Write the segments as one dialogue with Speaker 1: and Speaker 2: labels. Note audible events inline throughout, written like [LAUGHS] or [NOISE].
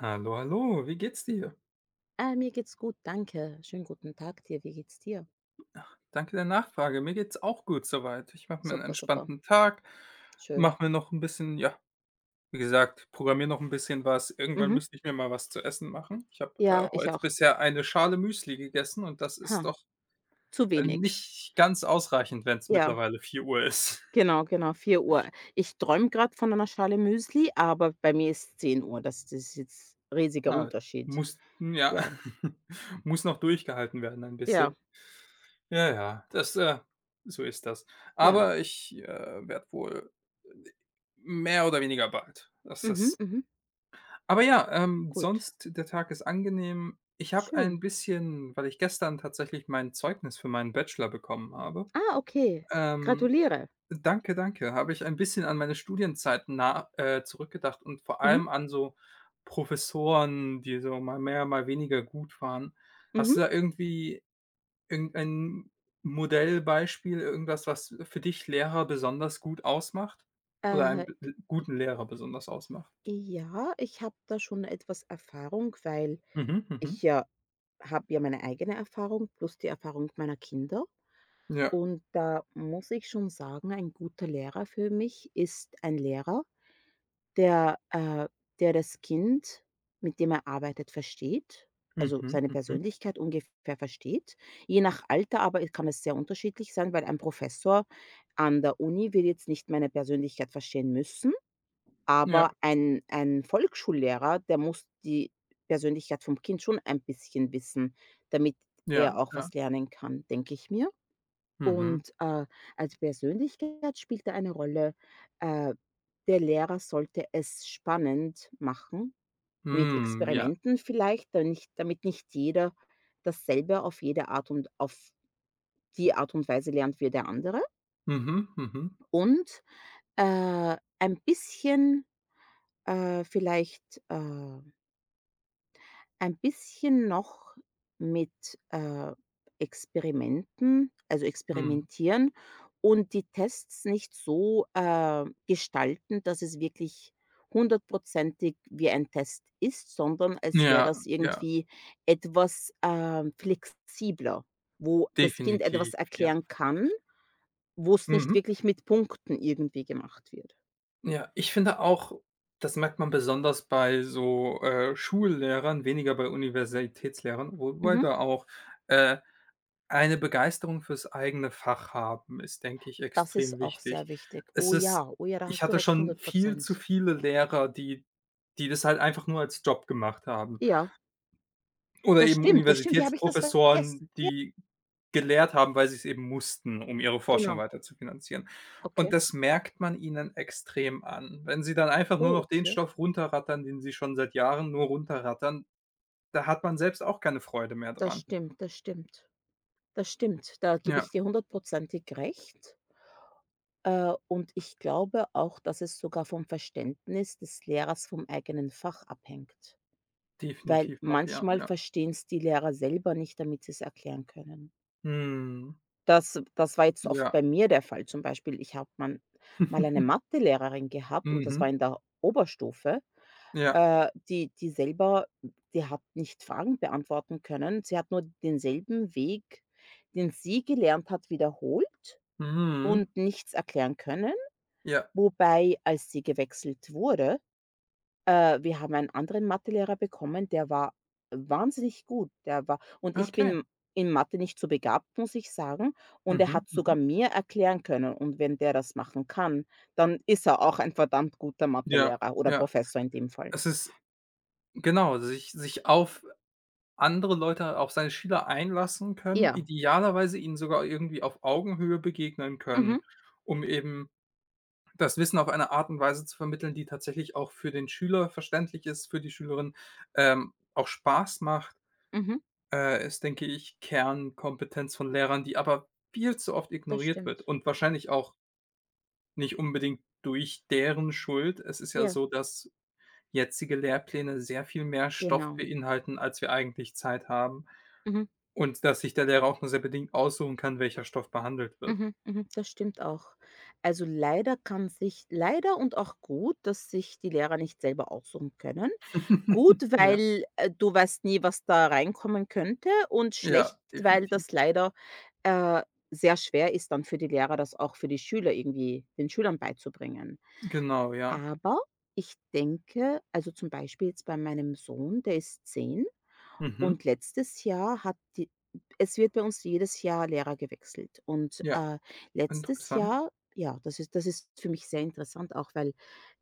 Speaker 1: Hallo, hallo, wie geht's dir?
Speaker 2: Mir geht's gut, danke. Schönen guten Tag dir. Wie geht's dir?
Speaker 1: Danke der Nachfrage. Mir geht's auch gut soweit. Ich mache mir einen
Speaker 2: Super, super.
Speaker 1: entspannten Tag,
Speaker 2: Schön.
Speaker 1: mache mir noch ein bisschen ja, wie gesagt, programmiere noch ein bisschen was. Irgendwann
Speaker 2: Mhm.
Speaker 1: müsste ich mir mal was zu essen machen. Ich habe,
Speaker 2: Ja, ich
Speaker 1: heute
Speaker 2: auch.
Speaker 1: bisher eine Schale Müsli gegessen und das
Speaker 2: Ha,
Speaker 1: ist doch,
Speaker 2: zu wenig.
Speaker 1: nicht ganz ausreichend, wenn es
Speaker 2: Ja,
Speaker 1: mittlerweile 4 Uhr ist. [LAUGHS]
Speaker 2: genau, genau, 4 Uhr. Ich träume gerade von einer Schale Müsli, aber bei mir ist 10:00. Das ist jetzt riesiger
Speaker 1: Ah,
Speaker 2: Unterschied.
Speaker 1: muss ja,
Speaker 2: Ja,
Speaker 1: [LAUGHS] muss noch durchgehalten werden ein
Speaker 2: ja,
Speaker 1: bisschen. Ja, ja, das, so ist das.
Speaker 2: ja.
Speaker 1: Aber ich werde wohl mehr oder weniger bald. Das
Speaker 2: Mhm,
Speaker 1: ist
Speaker 2: mhm.
Speaker 1: aber ja,
Speaker 2: Gut,
Speaker 1: sonst der Tag ist angenehm. Ich habe ein
Speaker 2: schön.
Speaker 1: bisschen weil ich gestern tatsächlich mein Zeugnis für meinen Bachelor bekommen habe,
Speaker 2: Ah, okay.
Speaker 1: ähm,
Speaker 2: Gratuliere.
Speaker 1: danke, danke, habe ich ein bisschen an meine Studienzeiten zurückgedacht und vor
Speaker 2: Mhm,
Speaker 1: allem an so Professoren, die so mal mehr, mal weniger gut waren. Hast
Speaker 2: mhm.
Speaker 1: du da irgendwie irgendein Modellbeispiel, irgendwas, was für dich Lehrer besonders gut ausmacht? Oder einen
Speaker 2: Äh,
Speaker 1: b guten Lehrer besonders ausmacht?
Speaker 2: i ja, ich habe da schon etwas Erfahrung, weil
Speaker 1: Mhm,
Speaker 2: ich,
Speaker 1: mhm.
Speaker 2: ja, habe ja meine eigene Erfahrung plus die Erfahrung meiner Kinder.
Speaker 1: Ja.
Speaker 2: Und da muss ich schon sagen, ein guter Lehrer für mich ist ein Lehrer, der, äh der das Kind, mit dem er arbeitet, versteht, also
Speaker 1: Mhm,
Speaker 2: seine
Speaker 1: mhm.
Speaker 2: Persönlichkeit ungefähr versteht. Je nach Alter aber kann es sehr unterschiedlich sein, weil ein Professor an der Uni wird jetzt nicht meine Persönlichkeit verstehen müssen.
Speaker 1: Ja,
Speaker 2: Aber ein Volksschullehrer, der muss die Persönlichkeit vom Kind schon ein bisschen wissen, damit er
Speaker 1: ja,
Speaker 2: auch
Speaker 1: ja.
Speaker 2: was lernen kann, denke ich mir.
Speaker 1: Mhm.
Speaker 2: Und, als Persönlichkeit spielt da eine Rolle, äh, der Lehrer sollte es spannend machen, mit
Speaker 1: Hm, ja.
Speaker 2: Experimenten vielleicht, da nicht damit nicht jeder dasselbe auf jede Art und auf die Art und Weise lernt wie der andere.
Speaker 1: Mhm, mhm,
Speaker 2: Und, ein bisschen, äh, vielleicht, äh Ein bisschen noch mit, äh, Experimenten, also
Speaker 1: mhm.
Speaker 2: experimentieren, und die Tests nicht so, gestalten, dass es wirklich hundertprozentig wie ein Test ist, sondern als wäre
Speaker 1: Ja,
Speaker 2: das
Speaker 1: ja,
Speaker 2: irgendwie etwas, flexibler, wo das Kind
Speaker 1: definitiv,
Speaker 2: etwas
Speaker 1: ja.
Speaker 2: erklären kann, wo es nicht
Speaker 1: Mhm.
Speaker 2: wirklich mit Punkten irgendwie gemacht wird.
Speaker 1: Ja, ich finde auch, das merkt man besonders bei so, Schullehrern, weniger bei Universitätslehrern, wobei
Speaker 2: Mhm.
Speaker 1: da auch, äh, eine Begeisterung fürs eigene Fach haben, ist, denke ich,
Speaker 2: Das
Speaker 1: extrem
Speaker 2: ist auch
Speaker 1: wichtig.
Speaker 2: sehr wichtig.
Speaker 1: Es
Speaker 2: Oh
Speaker 1: ist
Speaker 2: ja, oh ja, da
Speaker 1: ich
Speaker 2: hast du
Speaker 1: hatte
Speaker 2: recht,
Speaker 1: schon
Speaker 2: hundert
Speaker 1: viel zu
Speaker 2: Prozent.
Speaker 1: viele Lehrer, die das halt einfach nur als Job gemacht haben.
Speaker 2: Ja.
Speaker 1: Oder
Speaker 2: Das
Speaker 1: eben
Speaker 2: stimmt, das stimmt. Wie habe ich das
Speaker 1: Universitätsprofessoren,
Speaker 2: vergessen? Ja.
Speaker 1: die gelehrt haben, weil sie es eben mussten, um ihre Forschung
Speaker 2: Genau.
Speaker 1: weiter zu finanzieren.
Speaker 2: Okay.
Speaker 1: Und das merkt man ihnen extrem an. Wenn sie dann einfach nur
Speaker 2: Oh,
Speaker 1: noch den
Speaker 2: okay.
Speaker 1: Stoff runterrattern, den sie schon seit Jahren nur runterrattern, da hat man selbst auch keine Freude mehr
Speaker 2: Das
Speaker 1: dran.
Speaker 2: stimmt, das stimmt. Das stimmt. Da gebe
Speaker 1: Ja,
Speaker 2: ich dir hundertprozentig recht. Und ich glaube auch, dass es sogar vom Verständnis des Lehrers vom eigenen Fach abhängt, weil
Speaker 1: definitiv auch, ja,
Speaker 2: manchmal
Speaker 1: ja.
Speaker 2: verstehen es die Lehrer selber nicht, damit sie es erklären können.
Speaker 1: Mhm.
Speaker 2: Das war jetzt oft
Speaker 1: Ja.
Speaker 2: bei mir der Fall. Zum Beispiel, ich habe man mal eine
Speaker 1: [LAUGHS]
Speaker 2: Mathelehrerin gehabt, und das war
Speaker 1: Mhm.
Speaker 2: in der Oberstufe.
Speaker 1: Ja.
Speaker 2: Äh, die die selber die hat nicht Fragen beantworten können. Sie hat nur denselben Weg, den sie gelernt hat, wiederholt
Speaker 1: Mhm.
Speaker 2: und nichts erklären können,
Speaker 1: Ja.
Speaker 2: wobei, als sie gewechselt wurde, wir haben einen anderen Mathelehrer bekommen, der war wahnsinnig gut. Der war, und ich
Speaker 1: Okay.
Speaker 2: bin in Mathe nicht so begabt, muss ich sagen. Und er
Speaker 1: Mhm,
Speaker 2: hat sogar
Speaker 1: mhm.
Speaker 2: mir erklären können. Und wenn der das machen kann, dann ist er auch ein verdammt guter
Speaker 1: Ja,
Speaker 2: Mathelehrer oder
Speaker 1: ja.
Speaker 2: Professor in dem Fall.
Speaker 1: Es ist genau, sich auf andere Leute auf seine Schüler einlassen können,
Speaker 2: Ja.
Speaker 1: idealerweise ihnen sogar irgendwie auf Augenhöhe begegnen
Speaker 2: Mhm.
Speaker 1: können, um eben das Wissen auf eine Art und Weise zu vermitteln, die tatsächlich auch für den Schüler verständlich ist, für die Schülerin, auch Spaß macht,
Speaker 2: Mhm.
Speaker 1: ist, denke ich, Kernkompetenz von Lehrern, die aber viel zu oft
Speaker 2: Das
Speaker 1: ignoriert wird
Speaker 2: stimmt.
Speaker 1: und wahrscheinlich auch nicht unbedingt durch deren Schuld. Es ist ja
Speaker 2: Ja,
Speaker 1: so, dass jetzige Lehrpläne sehr viel mehr Stoff
Speaker 2: genau.
Speaker 1: beinhalten, als wir eigentlich Zeit haben.
Speaker 2: Mhm.
Speaker 1: Und dass sich der Lehrer auch nur sehr bedingt aussuchen kann, welcher Stoff behandelt wird.
Speaker 2: Mhm, mhm, das stimmt auch. Also leider kann sich, leider, und auch gut, dass sich die Lehrer nicht selber aussuchen können. Gut,
Speaker 1: [LAUGHS] Ja,
Speaker 2: weil, du weißt nie, was da reinkommen könnte, und
Speaker 1: ja,
Speaker 2: schlecht, weil
Speaker 1: definitiv.
Speaker 2: das leider, äh, sehr schwer ist dann für die Lehrer, das auch für die Schüler irgendwie, den Schülern beizubringen.
Speaker 1: Genau, ja.
Speaker 2: Aber ich denke, also zum Beispiel jetzt bei meinem Sohn, der ist 10.
Speaker 1: Mhm.
Speaker 2: Und letztes Jahr hat die, es wird bei uns jedes Jahr Lehrer gewechselt. Und,
Speaker 1: Ja,
Speaker 2: letztes
Speaker 1: interessant.
Speaker 2: Jahr, ja, das ist für mich sehr interessant auch, weil,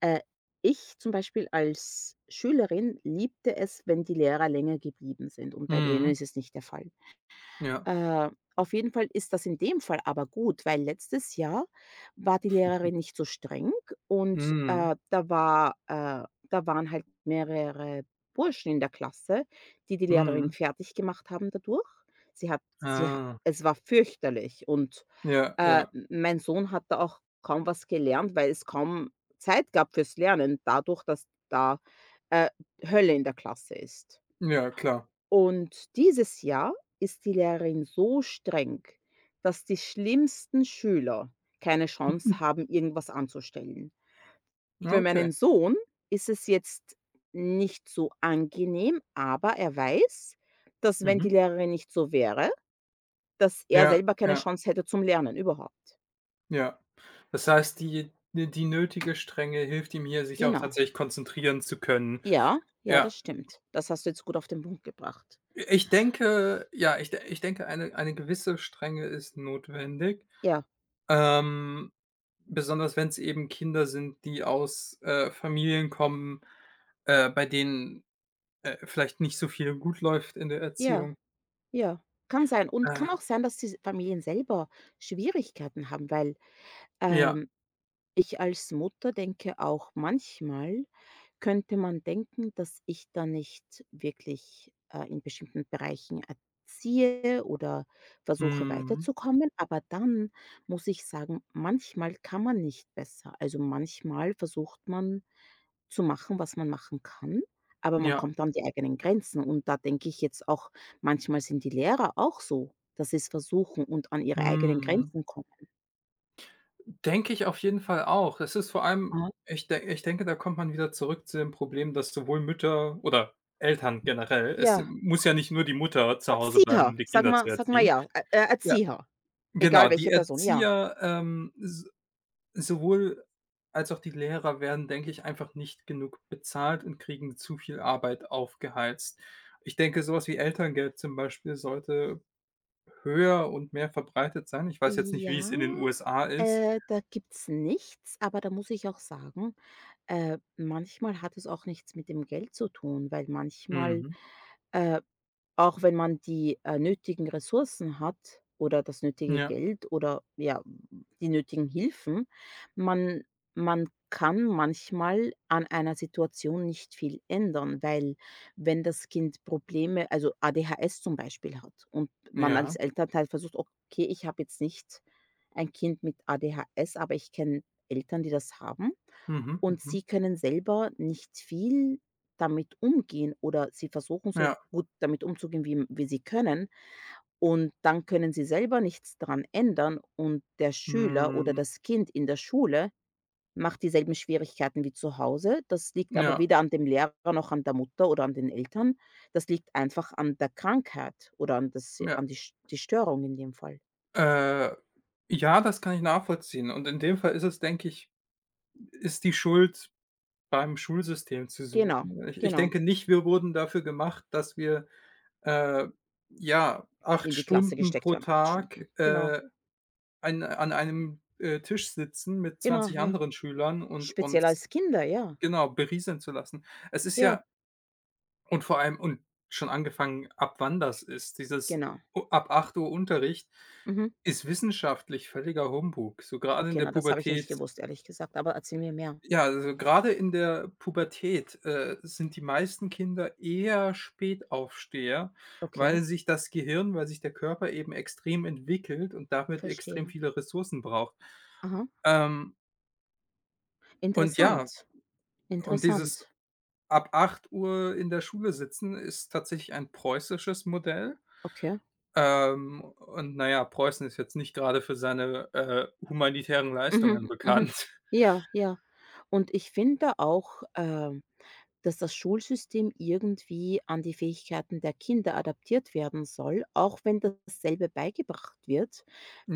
Speaker 2: äh, ich zum Beispiel als Schülerin liebte es, wenn die Lehrer länger geblieben sind, und bei denen
Speaker 1: Mhm.
Speaker 2: ist es nicht der Fall.
Speaker 1: Ja.
Speaker 2: Äh, auf jeden Fall ist das in dem Fall aber gut, weil letztes Jahr war die Lehrerin nicht so streng, und,
Speaker 1: Mhm.
Speaker 2: da waren halt mehrere Burschen in der Klasse, die die Lehrerin
Speaker 1: Mhm.
Speaker 2: fertig gemacht haben dadurch. Sie hat sie ha
Speaker 1: Ah.
Speaker 2: Es war fürchterlich, und,
Speaker 1: Ja, ja.
Speaker 2: mein Sohn hat da auch kaum was gelernt, weil es kaum Zeit gab fürs Lernen dadurch, dass da, äh, Hölle in der Klasse ist.
Speaker 1: Ja, klar.
Speaker 2: Und dieses Jahr ist die Lehrerin so streng, dass die schlimmsten Schüler keine Chance
Speaker 1: [LAUGHS]
Speaker 2: haben, irgendwas anzustellen. Für
Speaker 1: Okay.
Speaker 2: meinen Sohn ist es jetzt nicht so angenehm, aber er weiß, dass, wenn die
Speaker 1: Mhm.
Speaker 2: Lehrerin nicht so wäre, dass er
Speaker 1: Ja,
Speaker 2: selber keine
Speaker 1: ja,
Speaker 2: Chance hätte zum Lernen überhaupt.
Speaker 1: ja. Das heißt, die die nötige Strenge hilft ihm hier, sich auch
Speaker 2: Genau.
Speaker 1: tatsächlich konzentrieren zu können.
Speaker 2: Ja, ja,
Speaker 1: Ja.
Speaker 2: das stimmt. Das hast du jetzt gut auf den Punkt gebracht.
Speaker 1: Ich denke ja, ich denke, eine gewisse Strenge ist notwendig.
Speaker 2: Ja,
Speaker 1: Ähm, besonders wenn es eben Kinder sind, die aus, Familien kommen, bei denen, vielleicht nicht so viel gut läuft in der
Speaker 2: ja,
Speaker 1: Erziehung.
Speaker 2: ja. Kann sein. Und
Speaker 1: Äh,
Speaker 2: kann auch sein, dass die Familien selber Schwierigkeiten haben, weil
Speaker 1: ja.
Speaker 2: Ähm, ich als Mutter denke auch manchmal, könnte man denken, dass ich da nicht wirklich, in bestimmten Bereichen erziehe oder versuche
Speaker 1: Mhm.
Speaker 2: weiterzukommen, aber dann muss ich sagen, manchmal kann man nicht besser. Also, manchmal versucht man zu machen, was man machen kann, aber man
Speaker 1: Ja.
Speaker 2: kommt an die eigenen Grenzen, und da denke ich jetzt auch, manchmal sind die Lehrer auch so, dass sie's versuchen und an ihre eigenen
Speaker 1: Mhm.
Speaker 2: Grenzen kommen.
Speaker 1: Denke ich auf jeden Fall auch. Es ist vor allem
Speaker 2: Mhm.
Speaker 1: ich denke, da kommt man wieder zurück zu dem Problem, dass sowohl Mütter oder Eltern generell es
Speaker 2: Ja.
Speaker 1: muss ja nicht nur die Mutter zu Hause bleiben,
Speaker 2: Erzieher,
Speaker 1: um die
Speaker 2: sag
Speaker 1: Kinder zu
Speaker 2: mal, sag mal,
Speaker 1: erziehen.
Speaker 2: ja, E
Speaker 1: Ja,
Speaker 2: Erzieher,
Speaker 1: genau,
Speaker 2: egal
Speaker 1: die
Speaker 2: welche Person, ja.
Speaker 1: Erzieher, Sowohl als auch die Lehrer werden, denke ich, einfach nicht genug bezahlt und kriegen zu viel Arbeit aufgeheizt. Ich denke, sowas wie Elterngeld zum Beispiel sollte höher und mehr verbreitet sein. Ich weiß jetzt nicht, wie
Speaker 2: Ja,
Speaker 1: es in den USA ist.
Speaker 2: da gibt's nichts, aber da muss ich auch sagen, manchmal hat es auch nichts mit dem Geld zu tun, weil manchmal,
Speaker 1: Mhm.
Speaker 2: äh, auch wenn man die, nötigen Ressourcen hat oder das nötige
Speaker 1: Ja,
Speaker 2: Geld oder, ja, die nötigen Hilfen, man man kann manchmal an einer Situation nicht viel ändern, weil wenn das Kind Probleme, also ADHS zum Beispiel, hat und man
Speaker 1: ja.
Speaker 2: als Elternteil versucht. Okay, ich habe jetzt nicht ein Kind mit ADHS, aber ich kenne Eltern, die das haben,
Speaker 1: Mhm,
Speaker 2: und
Speaker 1: mhm.
Speaker 2: sie können selber nicht viel damit umgehen, oder sie versuchen so
Speaker 1: Ja,
Speaker 2: gut damit umzugehen, wie sie können, und dann können sie selber nichts dran ändern, und der Schüler oder
Speaker 1: hm,
Speaker 2: das Kind in der Schule macht dieselben Schwierigkeiten wie zu Hause. Das liegt aber
Speaker 1: ja,
Speaker 2: weder an dem Lehrer noch an der Mutter oder an den Eltern. Das liegt einfach an der Krankheit oder an, das,
Speaker 1: ja.
Speaker 2: an die, die Störung in dem Fall.
Speaker 1: Äh, ja, das kann ich nachvollziehen. Und in dem Fall ist es, denke ich ist die Schuld beim Schulsystem zu
Speaker 2: Genau,
Speaker 1: suchen. Ich
Speaker 2: genau.
Speaker 1: denke nicht, wir wurden dafür gemacht, dass wir Äh, ja, 8
Speaker 2: In die Klasse
Speaker 1: Stunden
Speaker 2: gesteckt
Speaker 1: pro
Speaker 2: werden, 8
Speaker 1: Tag,
Speaker 2: Stunden. Genau,
Speaker 1: an einem, Tisch sitzen mit
Speaker 2: genau,
Speaker 1: 20
Speaker 2: ja.
Speaker 1: anderen Schülern und
Speaker 2: Speziell
Speaker 1: uns
Speaker 2: als Kinder, ja,
Speaker 1: genau, berieseln zu lassen. Es ist
Speaker 2: ja,
Speaker 1: ja und vor allem und schon angefangen, ab wann das ist. Dieses
Speaker 2: genau.
Speaker 1: u ab 8 Uhr Unterricht
Speaker 2: Mhm.
Speaker 1: ist wissenschaftlich völliger Humbug. So gerade in
Speaker 2: Okay,
Speaker 1: der
Speaker 2: na, das habe ich nicht
Speaker 1: Pubertät.
Speaker 2: gewusst, ehrlich gesagt, aber erzähl mir mehr.
Speaker 1: Ja, also gerade in der Pubertät, sind die meisten Kinder eher Spätaufsteher,
Speaker 2: Okay,
Speaker 1: weil sich das Gehirn weil sich der Körper eben extrem entwickelt und damit extrem
Speaker 2: verstehe.
Speaker 1: viele Ressourcen braucht.
Speaker 2: Aha,
Speaker 1: Ähm, und ja,
Speaker 2: interessant,
Speaker 1: und dieses
Speaker 2: interessant.
Speaker 1: ab 8 Uhr in der Schule sitzen ist tatsächlich ein preußisches Modell.
Speaker 2: Okay.
Speaker 1: Und naja, Preußen ist jetzt nicht gerade für seine, humanitären Leistungen
Speaker 2: Mhm, mhm.
Speaker 1: bekannt. [LAUGHS]
Speaker 2: Ja, ja. Und ich finde auch, dass das Schulsystem irgendwie an die Fähigkeiten der Kinder adaptiert werden soll, auch wenn dasselbe beigebracht wird.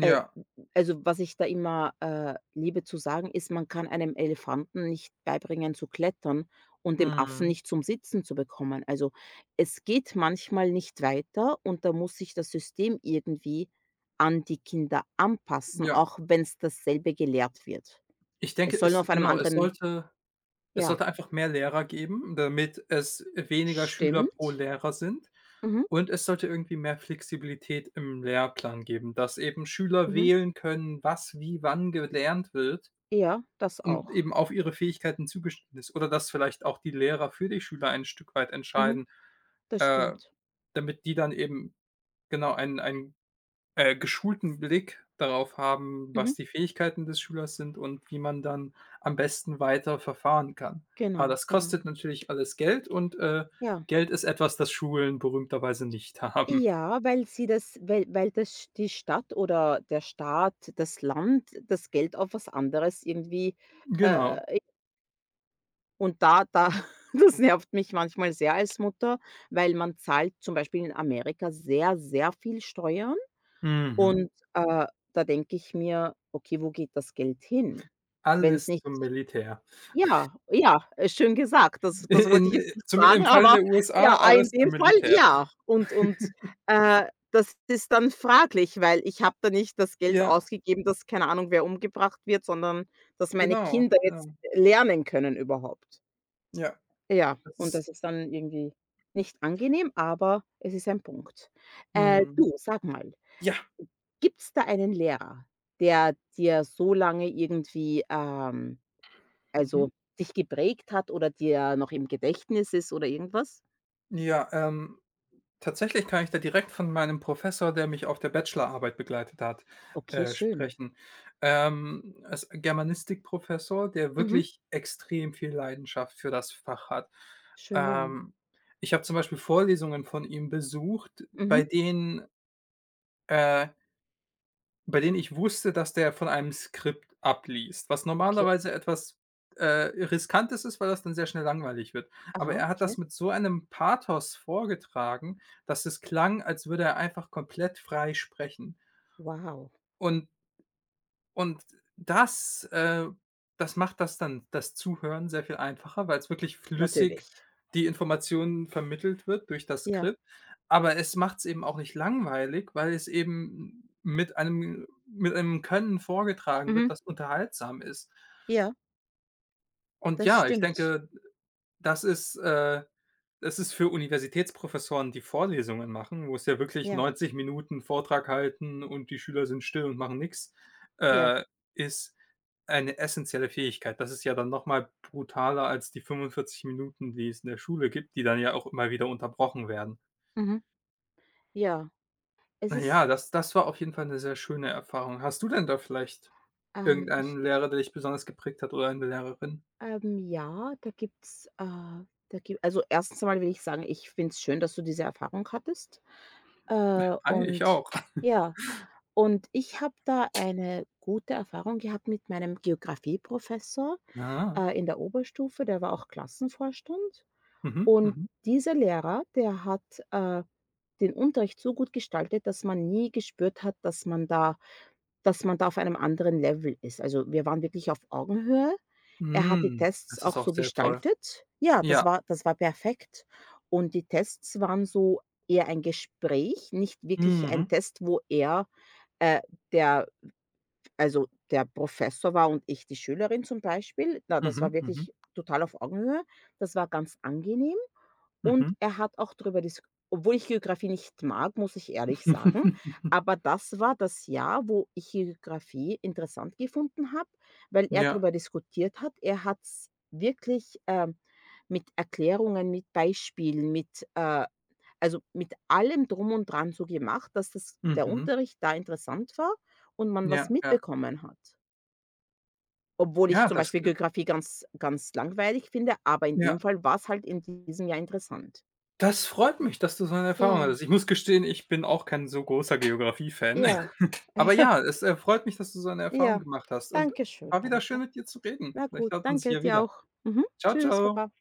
Speaker 2: Äh, also, was ich da immer, liebe zu sagen, ist, man kann einem Elefanten nicht beibringen zu klettern und dem Affen
Speaker 1: mhm,
Speaker 2: nicht zum Sitzen zu bekommen. Also, es geht manchmal nicht weiter, und da muss sich das System irgendwie an die Kinder anpassen,
Speaker 1: ja.
Speaker 2: auch wenn es dasselbe gelehrt wird.
Speaker 1: Ich
Speaker 2: Es
Speaker 1: denke,
Speaker 2: soll nur
Speaker 1: es
Speaker 2: auf einem
Speaker 1: genau,
Speaker 2: anderen.
Speaker 1: es
Speaker 2: Ja,
Speaker 1: sollte einfach mehr Lehrer geben, damit es weniger Schüler pro
Speaker 2: stimmt.
Speaker 1: Lehrer sind.
Speaker 2: Mhm,
Speaker 1: Und es sollte irgendwie mehr Flexibilität im Lehrplan geben, dass eben Schüler
Speaker 2: mhm.
Speaker 1: wählen können, was wie wann gelernt wird
Speaker 2: Ja, das
Speaker 1: und
Speaker 2: auch.
Speaker 1: eben auf ihre Fähigkeiten zugeschnitten ist. Oder dass vielleicht auch die Lehrer für die Schüler ein Stück weit
Speaker 2: Mhm,
Speaker 1: entscheiden,
Speaker 2: das
Speaker 1: äh,
Speaker 2: stimmt.
Speaker 1: damit die dann eben genau einen geschulten Blick darauf haben,
Speaker 2: Mhm,
Speaker 1: was die Fähigkeiten des Schülers sind und wie man dann am besten weiter verfahren kann. Aber
Speaker 2: genau,
Speaker 1: das
Speaker 2: genau.
Speaker 1: kostet natürlich alles Geld und,
Speaker 2: Ja.
Speaker 1: Geld ist etwas, das Schulen berühmterweise nicht [LAUGHS] haben.
Speaker 2: Ja, weil das die Stadt oder der Staat, das Land, das Geld auf was anderes irgendwie,
Speaker 1: Genau.
Speaker 2: äh und da [LAUGHS] das nervt mich manchmal sehr als Mutter, weil man zahlt zum Beispiel in Amerika sehr, sehr viel Steuern,
Speaker 1: Mhm.
Speaker 2: und, da denke ich mir: „Okay, wo geht das Geld hin?“ wenn es
Speaker 1: Alles
Speaker 2: nicht.
Speaker 1: zum Militär.
Speaker 2: Ja, ja, schön gesagt. Das
Speaker 1: I
Speaker 2: das wollte
Speaker 1: in
Speaker 2: ich jetzt nicht
Speaker 1: zum
Speaker 2: sagen,
Speaker 1: im Fall
Speaker 2: aber
Speaker 1: der USA
Speaker 2: ja, ah, in
Speaker 1: alles zum
Speaker 2: dem Fall
Speaker 1: Militär.
Speaker 2: ja. Und,
Speaker 1: [LAUGHS]
Speaker 2: äh, das ist dann fraglich, weil ich habe da nicht das Geld
Speaker 1: Ja,
Speaker 2: ausgegeben, dass keine Ahnung, wer umgebracht wird, sondern dass meine
Speaker 1: genau,
Speaker 2: Kinder
Speaker 1: genau.
Speaker 2: jetzt lernen können überhaupt.
Speaker 1: Ja,
Speaker 2: Ja,
Speaker 1: das
Speaker 2: und
Speaker 1: ist
Speaker 2: das ist dann irgendwie nicht angenehm, aber es ist ein Punkt. Äh,
Speaker 1: mhm.
Speaker 2: du, sag mal,
Speaker 1: Ja,
Speaker 2: gibt's da einen Lehrer, der dir so lange irgendwie,
Speaker 1: mhm.
Speaker 2: also, dich geprägt hat oder dir noch im Gedächtnis ist oder irgendwas?
Speaker 1: Ja, ähm, tatsächlich kann ich da direkt von meinem Professor, der mich auf der Bachelorarbeit begleitet hat,
Speaker 2: Okay, schön.
Speaker 1: sprechen. Als Germanistikprofessor, der
Speaker 2: Mhm.
Speaker 1: wirklich extrem viel Leidenschaft für das Fach hat.
Speaker 2: Schön.
Speaker 1: Ähm, ich habe zum Beispiel Vorlesungen von ihm besucht,
Speaker 2: Mhm.
Speaker 1: äh bei denen ich wusste, dass der von einem Skript abliest, was
Speaker 2: Okay.
Speaker 1: normalerweise etwas, Riskantes ist, weil das dann sehr schnell langweilig wird. Aber
Speaker 2: Aha,
Speaker 1: er hat
Speaker 2: okay.
Speaker 1: das mit so einem Pathos vorgetragen, dass es klang, als würde er einfach komplett frei sprechen.
Speaker 2: Wow.
Speaker 1: Und und das äh, das macht das dann das Zuhören sehr viel einfacher, weil es wirklich flüssig
Speaker 2: Natürlich.
Speaker 1: die Informationen vermittelt wird durch das
Speaker 2: Ja.
Speaker 1: Skript. Aber es macht es eben auch nicht langweilig, weil es eben mit einem Können vorgetragen wird,
Speaker 2: Mhm.
Speaker 1: das unterhaltsam ist.
Speaker 2: Ja,
Speaker 1: Und
Speaker 2: das
Speaker 1: ja, ich
Speaker 2: stimmt.
Speaker 1: denke, das ist, äh das ist für Universitätsprofessoren, die Vorlesungen machen, wo es ja wirklich
Speaker 2: Ja,
Speaker 1: 90 Minuten Vortrag halten und die Schüler sind still und machen nichts,
Speaker 2: ja.
Speaker 1: äh, ist eine essentielle Fähigkeit. Das ist ja dann noch mal brutaler als die 45 Minuten, die es in der Schule gibt, die dann ja auch immer wieder unterbrochen werden.
Speaker 2: Mhm. Ja, es
Speaker 1: Na
Speaker 2: ist,
Speaker 1: ja, das das war auf jeden Fall 'ne sehr schöne Erfahrung. Hast du denn da vielleicht
Speaker 2: ähm, ich,
Speaker 1: irgendeinen Lehrer, der dich besonders geprägt hat oder eine Lehrerin?
Speaker 2: ja, da gibt's, da gibt also erstens einmal will ich sagen, ich finde es schön, dass du diese Erfahrung hattest. Äh,
Speaker 1: Ah, ich
Speaker 2: und
Speaker 1: auch. [LAUGHS]
Speaker 2: ja. Und ich habe da eine gute Erfahrung gehabt mit meinem Geografieprofessor,
Speaker 1: Ah,
Speaker 2: in der Oberstufe, der war auch Klassenvorstand.
Speaker 1: mhm,
Speaker 2: Und
Speaker 1: mhm.
Speaker 2: dieser Lehrer, der hat, äh, den Unterricht so gut gestaltet, dass man nie gespürt hat, dass man da auf einem anderen Level ist. Also, wir waren wirklich auf Augenhöhe. Er hat die
Speaker 1: Mhm,
Speaker 2: Tests
Speaker 1: das ist
Speaker 2: auch
Speaker 1: auch
Speaker 2: so
Speaker 1: sehr toll.
Speaker 2: gestaltet. Ja, das
Speaker 1: Ja.
Speaker 2: war das war perfekt. Und die Tests waren so eher ein Gespräch, nicht wirklich ein
Speaker 1: Mhm.
Speaker 2: Test, wo er, äh, der also, der Professor war und ich die Schülerin, zum Beispiel. Na, das war
Speaker 1: Mhm, mhm,
Speaker 2: wirklich total auf Augenhöhe. Das war ganz angenehm. Und
Speaker 1: mhm.
Speaker 2: er hat auch darüber, disk obwohl ich Geografie nicht mag, muss ich ehrlich sagen,
Speaker 1: [LAUGHS]
Speaker 2: aber das war das Jahr, wo ich Geografie interessant gefunden habe, weil er
Speaker 1: Ja.
Speaker 2: darüber diskutiert hat. Er hat's wirklich, mit Erklärungen, mit Beispielen, mit, also, mit allem Drum und Dran so gemacht, dass das der
Speaker 1: Mhm.
Speaker 2: Unterricht da interessant war und man was
Speaker 1: Ja, ja.
Speaker 2: mitbekommen hat. Obwohl ich
Speaker 1: Ja,
Speaker 2: zum
Speaker 1: das
Speaker 2: Beispiel
Speaker 1: äh,
Speaker 2: Geografie ganz ganz langweilig finde, aber in
Speaker 1: ja,
Speaker 2: dem Fall war es halt in diesem Jahr interessant.
Speaker 1: das freut mich, dass du so eine Erfahrung
Speaker 2: Ja.
Speaker 1: hattest. Ich muss gestehen, ich bin auch kein so großer Geografie-Fan.
Speaker 2: Ja,
Speaker 1: [LAUGHS] Aber
Speaker 2: [LAUGHS] ja,
Speaker 1: ja, es, freut mich, dass du so eine Erfahrung
Speaker 2: ja.
Speaker 1: gemacht hast und
Speaker 2: Danke schön,
Speaker 1: war wieder schön,
Speaker 2: danke.
Speaker 1: mit dir zu reden.
Speaker 2: Na
Speaker 1: Vielleicht
Speaker 2: gut,
Speaker 1: hört man sich
Speaker 2: danke
Speaker 1: ja
Speaker 2: dir
Speaker 1: wieder.
Speaker 2: auch. Mhm.
Speaker 1: Ciao,
Speaker 2: Tschüss,
Speaker 1: ciao.
Speaker 2: Papa.